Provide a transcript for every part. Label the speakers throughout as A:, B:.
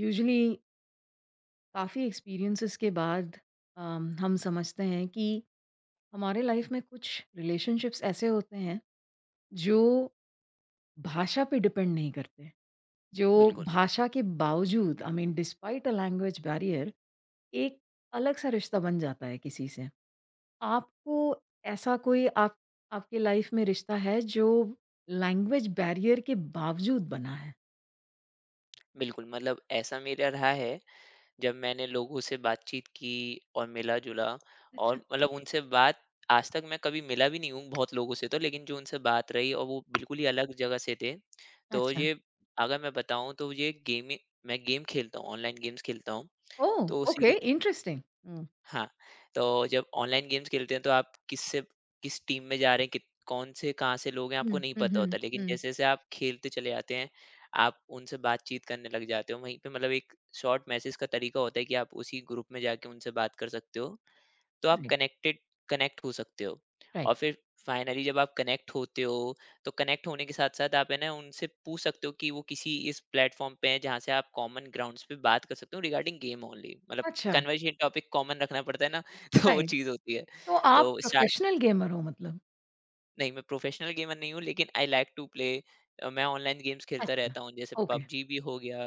A: Usually काफ़ी experiences के बाद हम समझते हैं कि हमारे लाइफ में कुछ रिलेशनशिप्स ऐसे होते हैं जो भाषा पे डिपेंड नहीं करते, जो
B: बिल्कुल,
A: भाषा के बावजूद, I mean, despite a language barrier एक अलग सा रिश्ता बन जाता है किसी से। आपको ऐसा कोई, आप आपके लाइफ में रिश्ता है जो लैंग्वेज बैरियर के बावजूद बना है?
B: बिल्कुल। मतलब ऐसा मेरा रहा है, जब मैंने लोगों से बातचीत की और मिला-जुला। और
A: अच्छा।
B: मतलब उनसे बात, आज तक मैं कभी मिला भी नहीं हूँ बहुत लोगों से तो, लेकिन जो उनसे बात रही और वो बिल्कुल ही अलग जगह से थे। तो
A: अच्छा।
B: ये, अगर मैं बताऊँ तो ये गेमें, मैं गेम खेलता हूँ, ऑनलाइन गेम्स खेलता हूँ।
A: ओह,
B: तो
A: ओके,
B: उसी,
A: इंटरेस्टिंग। हम्म,
B: हाँ, तो जब ऑनलाइन गेम्स खेलते हैं तो आप किससे, किस टीम में जा रहे हैं, कित कौन से कहाँ से लोग हैं
A: हम्म,
B: आपको नहीं
A: हम्म,
B: पता होता। लेकिन
A: हम्म,
B: जैसे-जैसे आप खेलते चले जाते हैं, आप उनसे बातचीत करने लग जाते हो। वहीं पे मतलब एक शॉर्ट मैसेज का तरीका होता है कि आप उसी ग्रुप में जाके उनसे बात कर सकते हो। तो आप
A: हम्म,
B: कनेक्टेड, कनेक्ट हो सकते हो।
A: राइट।
B: और फिर फाइनली जब आप कनेक्ट होते हो, तो कनेक्ट होने के साथ-साथ आप है ना उनसे पूछ सकते हो कि वो किसी इस प्लेटफ़ॉर्म पे हैं जहाँ से आप कॉमन ग्राउंड्स पे बात कर सकते हो, रिगार्डिंग गेम ओनली, मतलब
A: अच्छा,
B: कन्वर्सेशन टॉपिक कॉमन रखना पड़ता है ना। तो वो
A: राइट।
B: चीज़ होती है।
A: तो आप
B: तो स्टार्ट,
A: प्रोफेशनल गेमर हो मतलब?
B: नहीं, मैं प्रोफेशनल गेमर नहीं हूँ लेकिन आई लाइक टू प्ले। मैं ऑनलाइन गेम्स खेलता
A: अच्छा,
B: रहता हूँ, जैसे
A: ओके।
B: पबजी भी हो गया,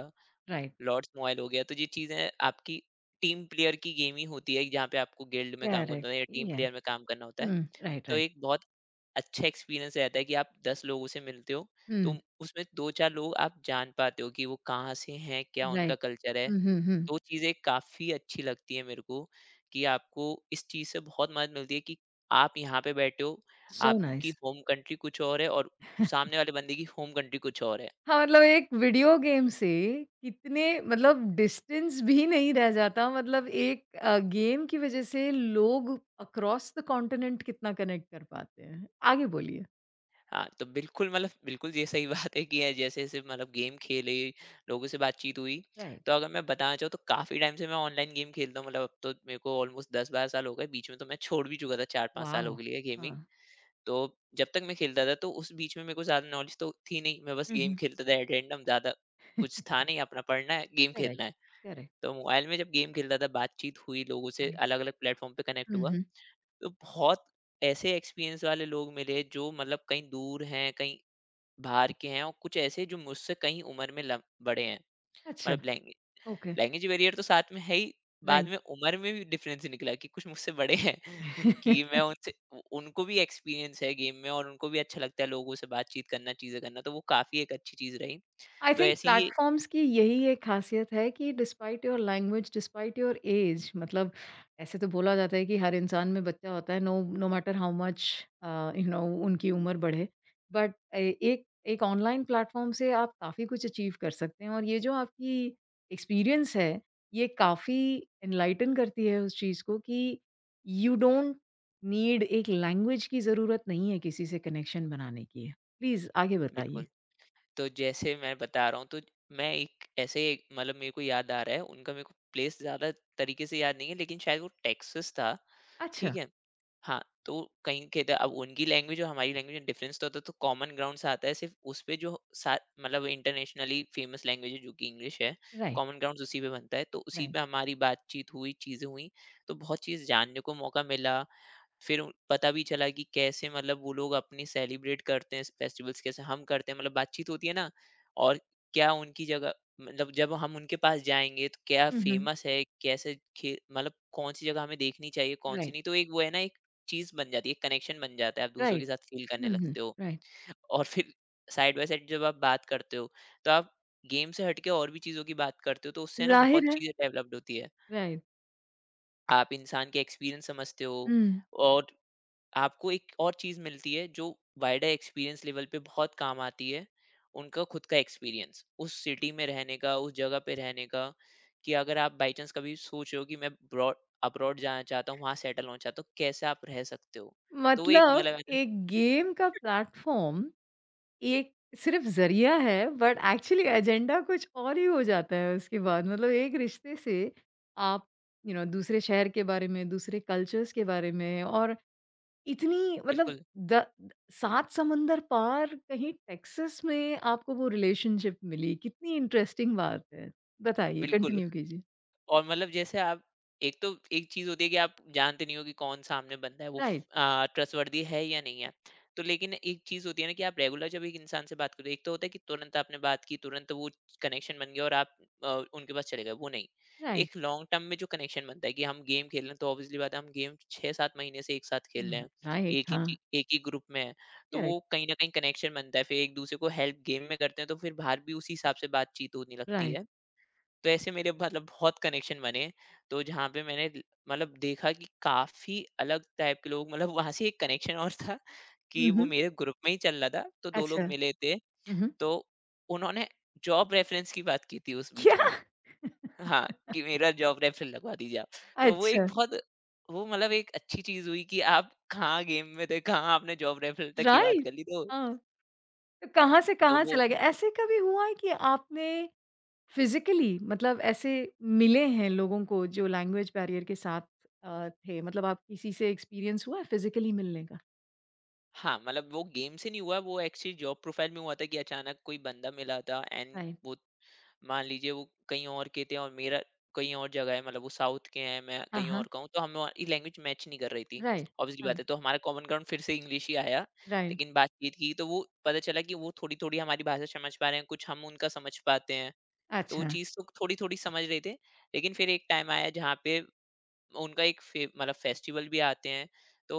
A: राइट।
B: लॉर्ड्स मोबाइल हो गया। तो ये चीज़ें आपकी टीम प्लेयर की गेम ही होती है जहाँ पे आपको गिल्ड में काम करना
A: करेक्ट,
B: होता है या टीम
A: yeah।
B: प्लेयर में काम करना होता है।
A: हुँ। राइट,
B: तो
A: राइट।
B: एक बहुत अच्छा एक्सपीरियंस रहता है कि आप 10 लोगों से मिलते हो, तो
A: हुँ,
B: उसमें 2-4 लोग आप जान पाते हो कि वो कहाँ से हैं, क्या उनका
A: राइट।
B: कल्चर है।
A: हुँ, हुँ, हुँ।
B: तो चीज़ें काफ़ी अच्छी लगती है मेरे को, कि आपको इस चीज़ से बहुत मदद मिलती है कि आप यहाँ पे बैठे हो,
A: सो
B: आपकी
A: नाइस।
B: होम कंट्री कुछ और है और सामने वाले बंदे की होम कंट्री कुछ और है।
A: हाँ, मतलब एक वीडियो गेम से कितने मतलब डिस्टेंस भी नहीं रह जाता। मतलब एक गेम की वज़ह से लोग अक्रॉस द कॉन्टिनेंट कितना कनेक्ट कर पाते हैं। आगे बोलिए।
B: हाँ, तो बिल्कुल, मतलब बिल्कुल ये सही बात है कि जैसे-जैसे, मतलब गेम खेले, लोगों से बातचीत हुई,
A: राइट।
B: तो अगर मैं बताना चाहूँ तो काफ़ी टाइम से मैं ऑनलाइन गेम खेलता हूँ। मतलब अब तो मेरे को ऑलमोस्ट 10-12 साल हो गए, बीच में तो मैं छोड़ भी चुका था 4-5 सालों
A: वॉव!
B: के लिए गेमिंग।
A: हाँ।
B: तो जब तक मैं खेलता था तो उस बीच में मेरे को ज़्यादा नॉलेज तो थी नहीं, मैं बस
A: हुँ,
B: गेम
A: हुँ।
B: खेलता था एट रैंडम, ज़्यादा कुछ था नहीं, अपना पढ़ना है, गेम
A: करेक्ट,
B: खेलना है।
A: करेक्ट,
B: तो मोबाइल में जब गेम खेलता था, बातचीत हुई लोगों से,
A: राइट।
B: अलग-अलग प्लेटफ़ॉर्म पे कनेक्ट
A: हुँ,
B: हुआ,
A: हुँ।
B: तो बहुत ऐसे एक्सपीरियंस वाले लोग मिले जो मतलब कहीं दूर हैं, कहीं बाहर के हैं, और कुछ ऐसे जो मुझसे कहीं उम्र में लम बड़े हैं।
A: अच्छा,
B: मतलब
A: ओके,
B: लैंग्वेज बैरियर तो साथ में है ही, बाद
A: राइट।
B: में उम्र में भी डिफरेंस निकला कि कुछ मुझसे बड़े हैं। कि मैं उनसे उ उनको भी एक्सपीरियंस है गेम में और उनको भी अच्छा लगता है लोगों से बातचीत करना, चीज़ें करना, तो वो काफ़ी एक अच्छी चीज़ रही।
A: आई
B: तो
A: थिंक
B: ऐसी ही,
A: प्लेटफॉर्म्स की यही एक ख़ासियत है कि despite your language, despite your age. मतलब ऐसे तो बोला जाता है कि हर इंसान में बच्चा होता है, no, no matter how much you know, उनकी उम्र बढ़े। बट ए एक एक ऑनलाइन प्लेटफॉर्म से आप काफ़ी कुछ अचीव कर सकते हैं, और ये जो आपकी एक्सपीरियंस है, ये काफ़ी एनलाइटन करती है उस चीज़ को कि यू डोंट नीड, एक लैंग्वेज की ज़रूरत नहीं है किसी से कनेक्शन बनाने की। प्लीज़ आगे बताइए।
B: बिल्कुल, तो जैसे मैं बता रहा हूँ, तो मैं एक ऐसे मतलब मेरे को याद आ रहा है उनका, मेरे को प्लेस ज़्यादा तरीके से याद नहीं है लेकिन शायद वो टेक्सास था। ठीक
A: अच्छा।
B: है? हाँ, तो कहीं के, तो अब उनकी लैंग्वेज और हमारी लैंग्वेज में डिफरेंस तो होता है, तो कॉमन ग्राउंड से आता है सिर्फ़ उस पे जो सा मतलब इंटरनेशनली फ़ेमस लैंग्वेज है जो कि इंग्लिश है,
A: राइट,
B: कॉमन ग्राउंड्स उसी पे बनता है, तो उसी
A: राइट।
B: पे हमारी बातचीत हुई, चीज़ें हुई, तो बहुत चीज़ जानने को मौका मिला। फिर उ पता भी चला कि कैसे, मतलब वो लोग अपनी सेलिब्रेट करते हैं, फेस्टिवल्स कैसे हम करते हैं, मतलब बातचीत होती है ना, और क्या उनकी जगह, मतलब जब हम उनके पास जाएँगे तो क्या
A: हुँ, हुँ।
B: फ़ेमस है, कैसे खे मतलब कौन-सी जगह हमें देखनी चाहिए, कौन-सी
A: राइट,
B: नहीं? तो एक वो है ना, एक चीज़ बन जाती है, एक कनेक्शन बन जाता है, आप दूसरों के
A: राइट।
B: साथ फ़ील करने
A: हुँ, हुँ।
B: लगते हो।
A: राइट।
B: और फिर साइड बाय साइड जब आप बात करते हो, तो आप गेम से हट के और भी चीज़ों की बात करते हो, तो उससे ना बहुत
A: ज़ाहिर है।
B: चीज़ें डेवलप्ड होती है।
A: राइट।
B: आप इंसान के एक्सपीरियंस समझते हो,
A: हुँ।
B: और आपको एक और चीज़ मिलती है जो वाइडर एक्सपीरियंस लेवल पे बहुत काम आती है, उनका खुद का एक्सपीरियंस। उस सिटी में रहने का, उस जगह पे रहने का, कि अगर आप बाई चांस कभी सोच रहे हो कि मैं ब्रॉड अब्रॉड जाना चाहता हूँ, वहाँ सेटल होना चाहता हूँ, तो कैसे आप रह सकते हो? तो वो एक
A: मतलब
B: अलग है ना।
A: एक गेम का प्लेटफ़ॉर्म एक सिर्फ़ ज़रिया है, बट एक्चुअली एजेंडा कुछ और ही हो जाता है उसके बाद। मतलब एक रिश्ते से आप यू you नो know, दूसरे शहर के बारे में, दूसरे कल्चर्स के बारे में, और इतनी मतलब
B: बिल्कुल,
A: द 7 समुंदर पार कहीं टेक्सास में आपको वो रिलेशनशिप मिली। कितनी इंटरेस्टिंग बात है। बताइए,
B: बिल्कुल।
A: कंटिन्यू कीजिए।
B: और मतलब जैसे आप, एक तो एक चीज़ होती है कि आप जानते नहीं हो कि कौन सामने बंदा है, वो
A: राइट।
B: ट्रस्टवर्दी है या नहीं है। तो लेकिन एक चीज़ होती है ना, कि आप रेगुलर जब एक इंसान से बात करते हो, एक तो होता है कि तुरंत आपने बात की, तुरंत वो कनेक्शन बन गया और आप अ, उनके पास चले गए, वो नहीं।
A: राइट,
B: एक लॉन्ग टर्म में जो कनेक्शन बनता है कि हम गेम खेल रहे हैं, तो ऑब्वियसली बात है, हम गेम 6-7 महीने से एक साथ खेल रहे
A: हुँ,
B: हैं,
A: राइट, हाँ,
B: एक ही ग्रुप में हैं, तो
A: करेक्ट,
B: वो कहीं न कहीं कनेक्शन बनता है। फिर एक-दूसरे को हेल्प गेम में करते हैं, तो फिर बाहर भी उसी हिसाब से बातचीत होने लगती
A: राइट,
B: है। तो ऐसे मेरे, मतलब बहुत कनेक्शन बने। तो जहाँ पे मैंने ल मतलब देखा कि काफ़ी अलग टाइप के लोग, मतलब वहाँ से एक कनेक्शन और था कि
A: हुँ,
B: वो
A: हुँ,
B: मेरे ग्रुप में ही चल रहा था, तो 2
A: अच्छा,
B: लोग मिले थे।
A: हुँ, हुँ।
B: तो उन्होंने जॉब रेफ़रेंस की बात की थी उस बीच
A: क्या?
B: में। हाँ, कि मेरा जॉब रेफ़रल लगवा दीजिए आप। तो वो
A: अच्छा,
B: एक बहुत, वो मतलब एक अच्छी चीज़ हुई कि आप कहाँ गेम में थे, कहाँ आपने जॉब रेफ़रल तक की बात
A: राइट,
B: कर ली। तो
A: हाँ, तो कहाँ से
B: तो
A: कहाँ
B: वो,
A: चला गया? ऐसे कभी हुआ है कि आपने फिज़िकली, मतलब ऐसे मिले हैं लोगों को जो लैंग्वेज बैरियर के साथ थे? मतलब आप, किसी से एक्सपीरियंस हुआ है फिज़िकली मिलने का?
B: हाँ, मतलब वो गेम से नहीं हुआ, वो एक्चुअली जॉब प्रोफ़ाइल में हुआ था कि अचानक कोई बंदा मिला था, एंड
A: राइट,
B: वो, मान लीजिए वो कहीं और के थे और मेरा कहीं और जगह है, मतलब वो साउथ के हैं, मैं
A: हाँ,
B: कहीं और का हूँ, तो हमारी लैंग्वेज मैच नहीं कर रही थी,
A: राइट,
B: ऑब्वियसली बात
A: हाँ,
B: है। तो हमारा कॉमन ग्राउंड फिर से इंग्लिश ही आया।
A: राइट,
B: लेकिन बातचीत की तो वो पता चला कि वो थोड़ी थोड़ी हमारी भाषा समझ पा रहे हैं, कुछ हम उनका समझ पाते हैं, तो वो
A: अच्छा,
B: चीज़ तो थोड़ी थोड़ी समझ रहे थे। लेकिन फिर एक टाइम आया जहाँ पे उनका एक फे मतलब फेस्टिवल भी आते हैं, तो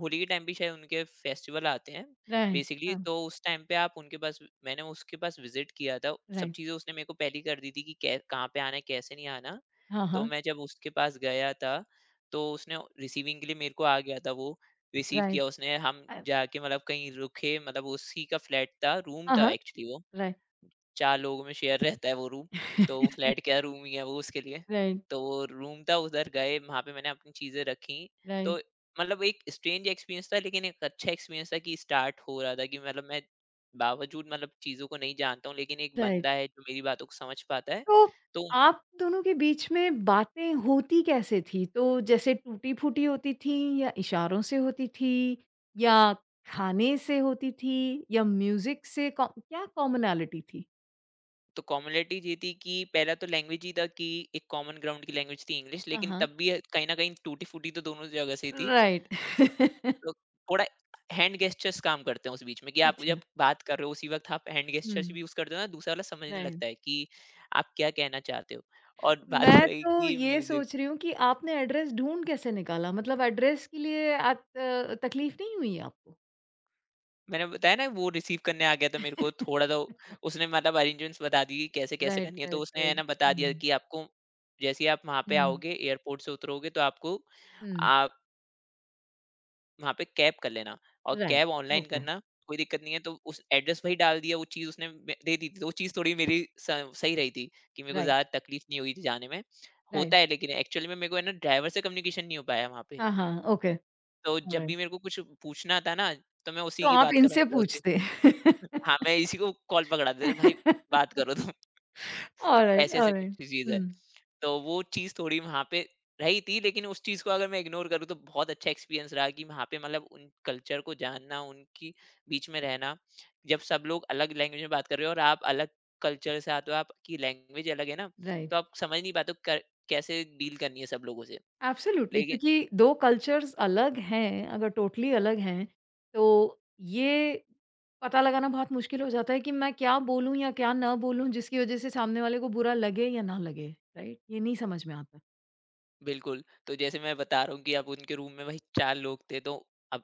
B: होली के टाइम भी शायद उनके फेस्टिवल आते हैं
A: राइट,
B: बेसिकली,
A: हाँ,
B: तो उस टाइम पे आप उनके पास, मैंने उसके पास विज़िट किया था, सब
A: राइट,
B: चीज़ें उसने मेरे को पहले ही कर दी थी कि कै कहाँ पे आना है, कैसे नहीं आना।
A: हाँ,
B: तो
A: हाँ,
B: मैं जब उसके पास गया था, तो उसने रिसीविंग के लिए मेरे को आ गया था वो, रिसीव
A: राइट,
B: किया उसने, हम
A: अ,
B: जाके मतलब कहीं रुके, मतलब उसी का फ्लैट था, रूम
A: हाँ,
B: था
A: हाँ,
B: एक्चुअली वो।
A: राइट,
B: 4 लोगों में शेयर रहता है वो रूम, तो वो फ्लैट क्या, रूम ही है वो उसके लिए।
A: राइट,
B: तो वो रूम था, उधर गए, वहाँ पे मैंने अपनी चीज़ें रखी, तो
A: राइट,
B: मतलब एक स्ट्रेंज एक्सपीरियंस था लेकिन एक अच्छा एक्सपीरियंस था कि स्टार्ट हो रहा था कि मतलब मैं, बावजूद मतलब चीज़ों को नहीं जानता हूँ लेकिन एक
A: राइट।
B: बंदा है जो मेरी बातों को समझ पाता है।
A: तो
B: तो
A: आप दोनों के बीच में बातें होती कैसे थी? तो जैसे टूटी-फूटी होती थी, या इशारों से होती थी, या खाने से होती थी, या म्यूज़िक से, कॉ क्या कॉमनैलिटी थी?
B: तो कॉमनैलिटी ये थी कि पहला तो लैंग्वेज ही था, कि एक कॉमन ग्राउंड की लैंग्वेज थी इंग्लिश,
A: हाँ,
B: लेकिन
A: हाँ।
B: तब भी कहीं न कहीं टूटी-फूटी तो दोनों जगह से ही थी।
A: राइट।
B: लोग थोड़ा हैंड गेस्चर्स काम करते हैं उस बीच में, कि आप जब
A: अच्छा।
B: बात कर रहे हो उसी वक्त आप हैंड गेस्चर्स
A: हुँ,
B: भी यूज करते हो ना, दूसरा वाला समझने
A: राइट।
B: लगता है कि आप क्या कहना चाहते हो। और बात
A: मैं
B: रही
A: तो
B: कि
A: ये
B: म्यूजिक।
A: सोच रही हूँ कि आपने एड्रेस ढूँढ कैसे निकाला? मतलब एड्रेस के लिए आप, तकलीफ़ नहीं हुई आपको?
B: मैंने बताया ना वो रिसीव करने आ गया था मेरे को, थोड़ा तो उसने मतलब अरेंजमेंट्स बता दी कि कैसे कैसे
A: राइट,
B: करनी है, तो
A: राइट,
B: उसने है ना
A: राइट।
B: बता दिया
A: हुँ,
B: कि आपको जैसे ही आप वहां पे
A: हुँ,
B: आओगे, एयरपोर्ट से उतरोगे, तो आपको
A: हुँ।
B: वहाँ पे कैब कर लेना, और
A: राइट,
B: कैब ऑनलाइन
A: ओके,
B: करना, कोई दिक्कत नहीं है। तो उस एड्रेस वही डाल दिया, वो चीज़ उसने मे दे दी थी। तो वो चीज़ थोड़ी मेरी स सही रही थी, कि मेरे को
A: राइट।
B: ज़्यादा तकलीफ़ नहीं हुई थी जाने में। होता
A: राइट।
B: है, लेकिन एक्चुअली में मेरे को है ना ड्राइवर से कम्युनिकेशन नहीं हो पाया वहाँ पे।
A: हाँ, हाँ, ओके,
B: तो जब भी
A: ऑलराइट।
B: मेरे को कुछ पूछना था ना, तो मैं उसी
A: तो
B: की
A: आप
B: बात
A: इनसे
B: करवाता था उससे।
A: पूछते।
B: हाँ, मैं इसी को कॉल पकड़ाता था, "भाई, बात करो तुम।"
A: ऑलराइट,
B: ऐसे-ऐसे कुछ
A: ऑलराइट।
B: चीज़ है।
A: हुँ,
B: तो वो चीज़ थोड़ी वहाँ पे रही थी, लेकिन उस चीज़ को अगर मैं इग्नोर करूँ तो बहुत अच्छा एक्सपीरियंस रहा कि वहाँ पे मतलब उन कल्चर को जानना, उनकी बीच में रहना। जब सब लोग अलग लैंग्वेज में बात कर रहे हो और आप अलग कल्चर से आते हो, आपकी लैंग्वेज अलग है ना,
A: राइट।
B: तो आप समझ नहीं पाते हो क कैसे डील करनी है सब लोगों से।
A: एब्सोल्यूटली,
B: लेकिन
A: क्योंकि 2 कल्चर्स अलग हैं, अगर टोटली अलग हैं, तो ये पता लगाना बहुत मुश्किल हो जाता है कि मैं क्या बोलूँ या क्या ना बोलूँ, जिसकी वज़ह से सामने वाले को बुरा लगे या ना लगे, राइट? ये नहीं समझ में आता।
B: बिल्कुल, तो जैसे मैं बता रहा हूँ कि अब उनके रूम में वही 4 लोग थे, तो अब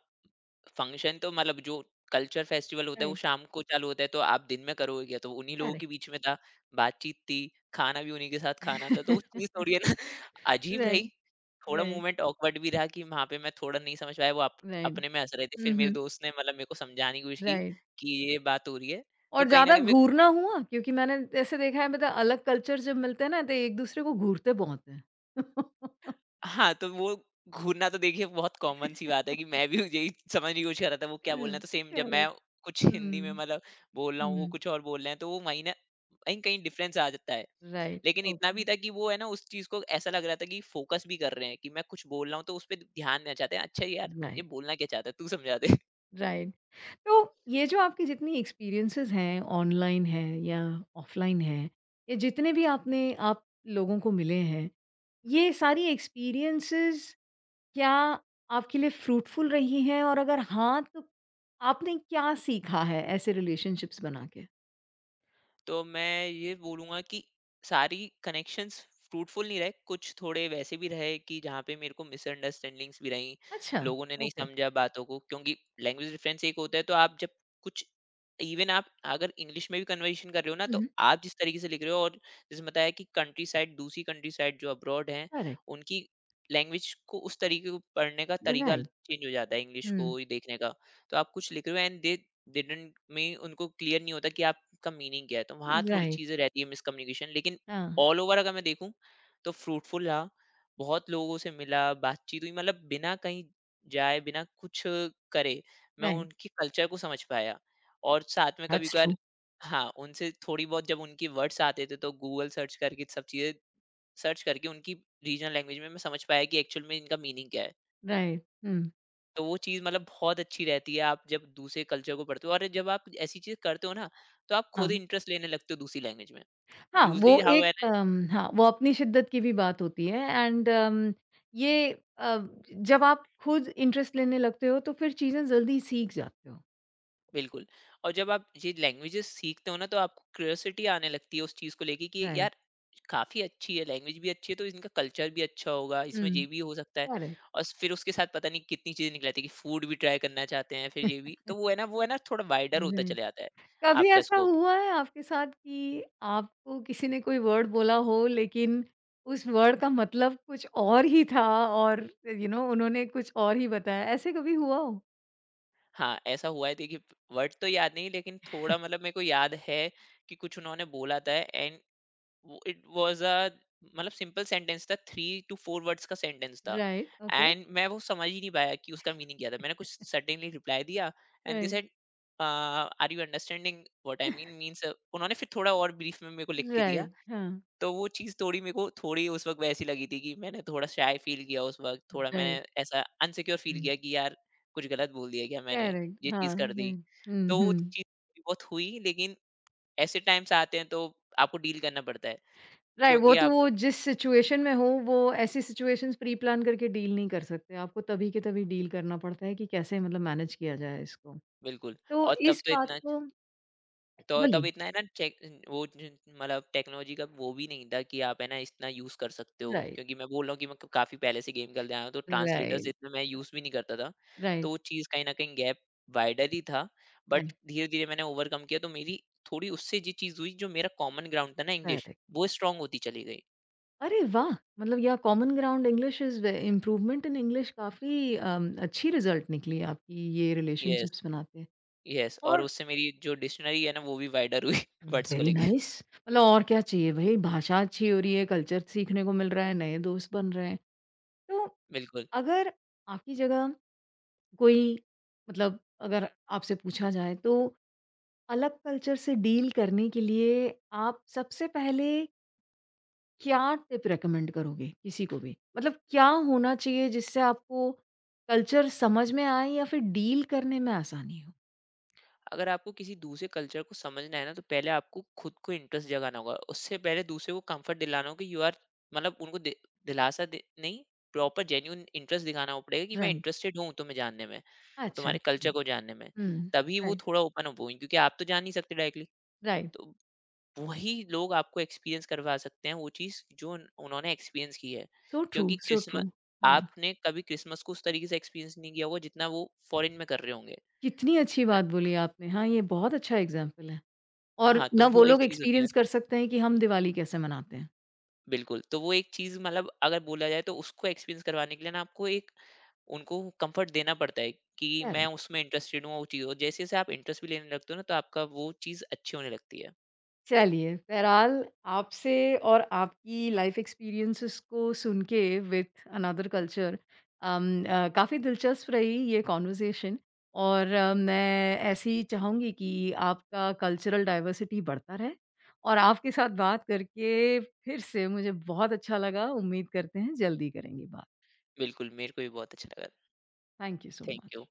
B: फंक्शन तो मतलब जो कल्चर फेस्टिवल होता है वो
A: राइट,
B: शाम को चालू होता है, तो आप दिन में करोगे क्या? तो उन्हीं लोगों के
A: करेक्ट।
B: बीच में था, बातचीत थी, खाना भी उन्हीं के साथ खाना था, तो वो चीज़ थोड़ी है ना अजीब रही।
A: राइट,
B: थोड़ा
A: राइट,
B: मोमेंट ऑकवर्ड भी रहा कि वहाँ पे मैं थोड़ा नहीं समझ पाया, वो अप
A: राइट।
B: अपने में हँस रहे थे।
A: हुँ,
B: फिर मेरे
A: हुँ,
B: दोस्त ने मतलब मेरे को समझाने की कोशिश की
A: राइट।
B: कि ये बात हो रही है। तो
A: और
B: कहीं न
A: ज़्यादा
B: कहीं मैं,
A: घूरना हुआ? क्योंकि मैंने ऐसे देखा है, मतलब अलग कल्चर जब मिलते हैं ना, तो एक दूसरे को घूरते बहुत हैं।
B: हाँ, तो वो घूरना तो देखिए बहुत कॉमन सी बात है कि मैं भी यही समझने की कोशिश कर रहा था वो क्या बोलना है,
A: हुँ,
B: तो सेम जब मैं
A: करेक्ट,
B: कुछ हिंदी में
A: हुँ,
B: मतलब बोल रहा हूँ, वो
A: हुँ।
B: कुछ और बोल रहे हैं तो वो मायने कहीं-कहीं डिफरेंस आ जाता है।
A: राइट,
B: लेकिन इतना
A: ओके।
B: भी था कि वो है ना उस चीज़ को ऐसा लग रहा था कि फोकस भी कर रहे हैं कि मैं कुछ बोल रहा हूँ तो उस पे ध्यान देना चाहते हैं। अच्छा यार, ये
A: राइट,
B: बोलना क्या चाहता है? तू समझा दे।
A: राइट। तो ये जो आपकी जितनी एक्सपीरियंसेज़ हैं, ऑनलाइन हैं या ऑफलाइन हैं, ये जितने भी आपने, आप लोगों को मिले हैं, ये सारी एक्सपीरियंसेज़ क्या आपके लिए फ्रूटफुल रही हैं, और अगर हाँ, तो आपने क्या सीखा है ऐसे रिलेशनशिप्स बना के?
B: तो मैं ये बोलूँगा कि सारी कनेक्शंस फ्रूटफुल नहीं रहे, कुछ थोड़े वैसे भी रहे कि जहाँ पे मेरे को मिसअंडरस्टैंडिंग्स भी रहीं,
A: अच्छा,
B: लोगों ने नहीं
A: ओके।
B: समझा बातों को, क्योंकि लैंग्वेज डिफरेंस एक होता है, तो आप जब कुछ इवन आप अगर इंग्लिश में भी कन्वर्सेशन कर रहे हो ना,
A: हुँ,
B: तो
A: हुँ।
B: आप जिस तरीके से लिख रहे हो, और जैसे बताया कि कंट्री साइड दूसरी कंट्री साइड जो अब्रॉड हैं,
A: करेक्ट।
B: उनकी लैंग्वेज को उस तरीके को पढ़ने का तरीका
A: राइट।
B: चेंज हो जाता है इंग्लिश
A: हुँ।
B: को ही देखने का। तो आप कुछ लिख रहे हो एंड दे डिडंट में उनको क्लियर नहीं होता कि आपका मीनिंग क्या है, तो वहाँ थोड़ी
A: राइट।
B: चीज़ें रहती है मिसकम्युनिकेशन, लेकिन
A: हाँ,
B: ऑल ओवर अगर मैं देखूँ, तो फ्रूटफुल रहा, बहुत लोगों से मिला, बातचीत हुई, मतलब बिना कहीं जाए, बिना कुछ करे, मैं
A: राइट।
B: उनके कल्चर को समझ पाया, और साथ में
A: दैट्स
B: कभी-कभार,
A: ट्रू।
B: हाँ, उनसे थोड़ी बहुत जब उनके वर्ड्स आते थे, तो गूगल सर्च करके सब चीज़ें सर्च करके उनकी रीजनल लैंग्वेज में मैं समझ पाया कि एक्चुअल में इनका मीनिंग क्या है।
A: राइट। हुँ।
B: तो वो चीज़ मतलब बहुत अच्छी रहती है, आप जब दूसरे कल्चर को पढ़ते हो और जब आप ऐसी चीज़ करते हो ना, तो आप खुद
A: हाँ।
B: इंटरेस्ट लेने लगते हो दूसरी लैंग्वेज में।
A: हाँ,
B: यूज़ुअली
A: वो
B: हाउ है
A: एक
B: ना।
A: हाँ, वो अपनी शिद्दत की भी बात होती है, एंड ये अ, जब आप खुद इंटरेस्ट लेने लगते हो तो फिर चीज़ें जल्दी सीख जाते हो।
B: बिल्कुल। और जब आप ये लैंग्वेजेस सीखते हो ना, तो आपको क्यूरियोसिटी आने लगती है उस चीज़ को लेके कि
A: राइट।
B: यार, काफ़ी अच्छी है, लैंग्वेज भी अच्छी है, तो इनका कल्चर भी अच्छा होगा, इसमें
A: हुँ।
B: ये भी हो सकता है।
A: करेक्ट।
B: और फिर उसके साथ पता नहीं कितनी चीज़ें निकल आती है कि फूड भी ट्राई करना चाहते हैं, फिर ये भी। तो वो है ना थोड़ा वाइडर होता
A: राइट।
B: चला जाता है,
A: कभी
B: आपका
A: ऐसा
B: स्कोप।
A: हुआ है आपके साथ कि आपको किसी ने कोई वर्ड बोला हो, लेकिन उस वर्ड का मतलब कुछ और ही था, और यू नो उन्होंने कुछ और ही बताया, ऐसे कभी हुआ हो?
B: हाँ, ऐसा हुआ है, देखिए, वर्ड तो याद नहीं, लेकिन थोड़ा मतलब मेरे को याद है कि कुछ उन्होंने बोला था, एंड वो इट वाज़ अ मतलब सिंपल सेंटेंस था, 3 टू 4 वर्ड्स का सेंटेंस था,
A: राइट, ओके,
B: एंड मैं वो समझ ही नहीं पाया कि उसका मीनिंग क्या था। मैंने कुछ सडनली रिप्लाई दिया, and they
A: right,
B: said are you understanding what I mean, means उन्होंने फिर थोड़ा और ब्रीफ में मेरे को लिख के दिया।
A: राइट, हाँ,
B: तो वो चीज़ थोड़ी मेरे को थोड़ी उस वक़्त वैसी लगी थी कि मैंने थोड़ा शाय फ़ील किया उस वक़्त, थोड़ा
A: राइट,
B: मैंने ऐसा अनसिक्योर फ़ील
A: हम्म,
B: किया कि यार, कुछ गलत बोल दिया क्या मैंने,
A: करेक्ट,
B: ये
A: हाँ,
B: चीज़ कर
A: राइट,
B: दी।
A: हम्म,
B: तो वो
A: हम्म,
B: चीज़ थोड़ी बहुत हुई, लेकिन ऐसे टाइम्स आते हैं तो आपको डील करना पड़ता है,
A: राइट। वो
B: क्योंकि
A: तो,
B: आप
A: वो जिस सिचुएशन में हो वो, ऐसी सिचुएशंस प्री प्लान करके डील नहीं कर सकते, आपको तभी के तभी डील करना पड़ता है कि कैसे, मतलब मैनेज किया जाए इसको।
B: बिल्कुल,
A: तो
B: और तब
A: इस
B: तो
A: बात
B: इतना,
A: को,
B: तो तब
A: बोलिए।
B: इतना है ना चेक वो मतलब टेक्नोलॉजी का वो भी नहीं था कि आप है ना इतना यूज कर सकते हो,
A: राइट,
B: क्योंकि मैं बोल रहा हूँ कि मैं काफी पहले से गेम खेलते आया हूँ, तो ट्रांसलेटर से
A: राइट,
B: इतना मैं यूज भी नहीं करता था। तो
A: राइट,
B: वो चीज कहीं ना कहीं गैप वाइडर ही था, बट
A: राइट,
B: धीरे धीरे मैंने ओवरकम किया, तो मेरी थोड़ी उससे ये चीज हुई, जो मेरा कॉमन ग्राउंड था ना इंग्लिश,
A: करेक्ट।
B: वो स्ट्रांग होती चली गई।
A: अरे वाह! मतलब या common ground English is way, improvement in English काफ़ी अच्छी रिज़ल्ट निकली आपकी ये
B: यस,
A: रिलेशनशिप्स बनाते। हैं।
B: यस, और
A: और
B: उससे मेरी जो डिक्शनरी है ना, वो भी वाइडर हुई वर्ड्स को
A: वेरी
B: लेके।
A: नाइस। मतलब और क्या चाहिए भई, भाषा अच्छी हो रही है, कल्चर सीखने को मिल रहा है, नए दोस्त बन रहे हैं। तो
B: बिल्कुल।
A: अगर आपकी जगह कोई, मतलब अगर आपसे पूछा जाए, तो अलग कल्चर से डील करने के लिए आप सबसे पहले क्या टिप रिकमेंड करोगे किसी को भी? मतलब क्या होना चाहिए जिससे आपको कल्चर समझ में आए, या फिर डील करने में आसानी हो?
B: अगर आपको किसी दूसरे कल्चर को समझना है ना, तो पहले आपको खुद को इंटरेस्ट जगाना होगा, उससे पहले दूसरे को कंफर्ट दिलाना होगा कि यू आर मतलब उनको दिलासा दे, नहीं प्रॉपर जेन्यून इंटरेस्ट दिखाना हो पड़ेगा कि मैं
A: राइट।
B: इंटरेस्टेड हूँ तुम्हें जानने में,
A: अच्छा,
B: तुम्हारे कल्चर
A: राइट।
B: को जानने में।
A: हुँ।
B: तभी वो
A: राइट,
B: थोड़ा ओपन अप होंगे, क्योंकि आप तो जान नहीं सकते डायरेक्टली।
A: राइट।
B: तो वही लोग आपको एक्सपीरियंस करवा सकते हैं वो चीज़ जो उन्होंने एक्सपीरियंस की है,
A: सो ट्रू,
B: क्योंकि
A: सो ट्रू।
B: क्रिसमस
A: हाँ,
B: आपने कभी क्रिसमस को उस तरीके से एक्सपीरियंस नहीं किया होगा जितना वो फॉरेन में कर रहे होंगे।
A: कितनी अच्छी
B: ना-
A: बात बोली आपने। हाँ, ये बहुत अच्छा एग्ज़ाम्पल है। और
B: हाँ, तो
A: ना वो
B: वो एक
A: लोग
B: चीज़ होती है।
A: एक्सपीरियंस कर सकते हैं कि हम दिवाली कैसे मनाते हैं।
B: बिल्कुल, तो वो एक चीज़ मतलब अगर बोला जाए तो उसको एक्सपीरियंस करवाने के लिए ना आपको एक, उनको कंफर्ट देना पड़ता है कि मैं
A: करेक्ट।
B: उसमें इंटरेस्टेड हूँ वो चीज़, और जैसे-जैसे आप इंटरेस्ट भी लेने लगते हो ना, तो आपका वो चीज़ अच्छी होने लगती है।
A: चलिए, बहरहाल आपसे और आपकी लाइफ एक्सपीरियंसेस को सुन के विथ अनदर कल्चर, काफ़ी दिलचस्प रही ये कॉन्वर्सेशन, और मैं ऐसे ही चाहूँगी कि आपका कल्चरल डाइवर्सिटी बढ़ता रहे, और आपके साथ बात करके फिर से मुझे बहुत अच्छा लगा। उम्मीद करते हैं जल्दी करेंगे बात।
B: बिल्कुल, मेरे को भी बहुत अच्छा लगा।
A: Thank you so
B: thank you.
A: Much.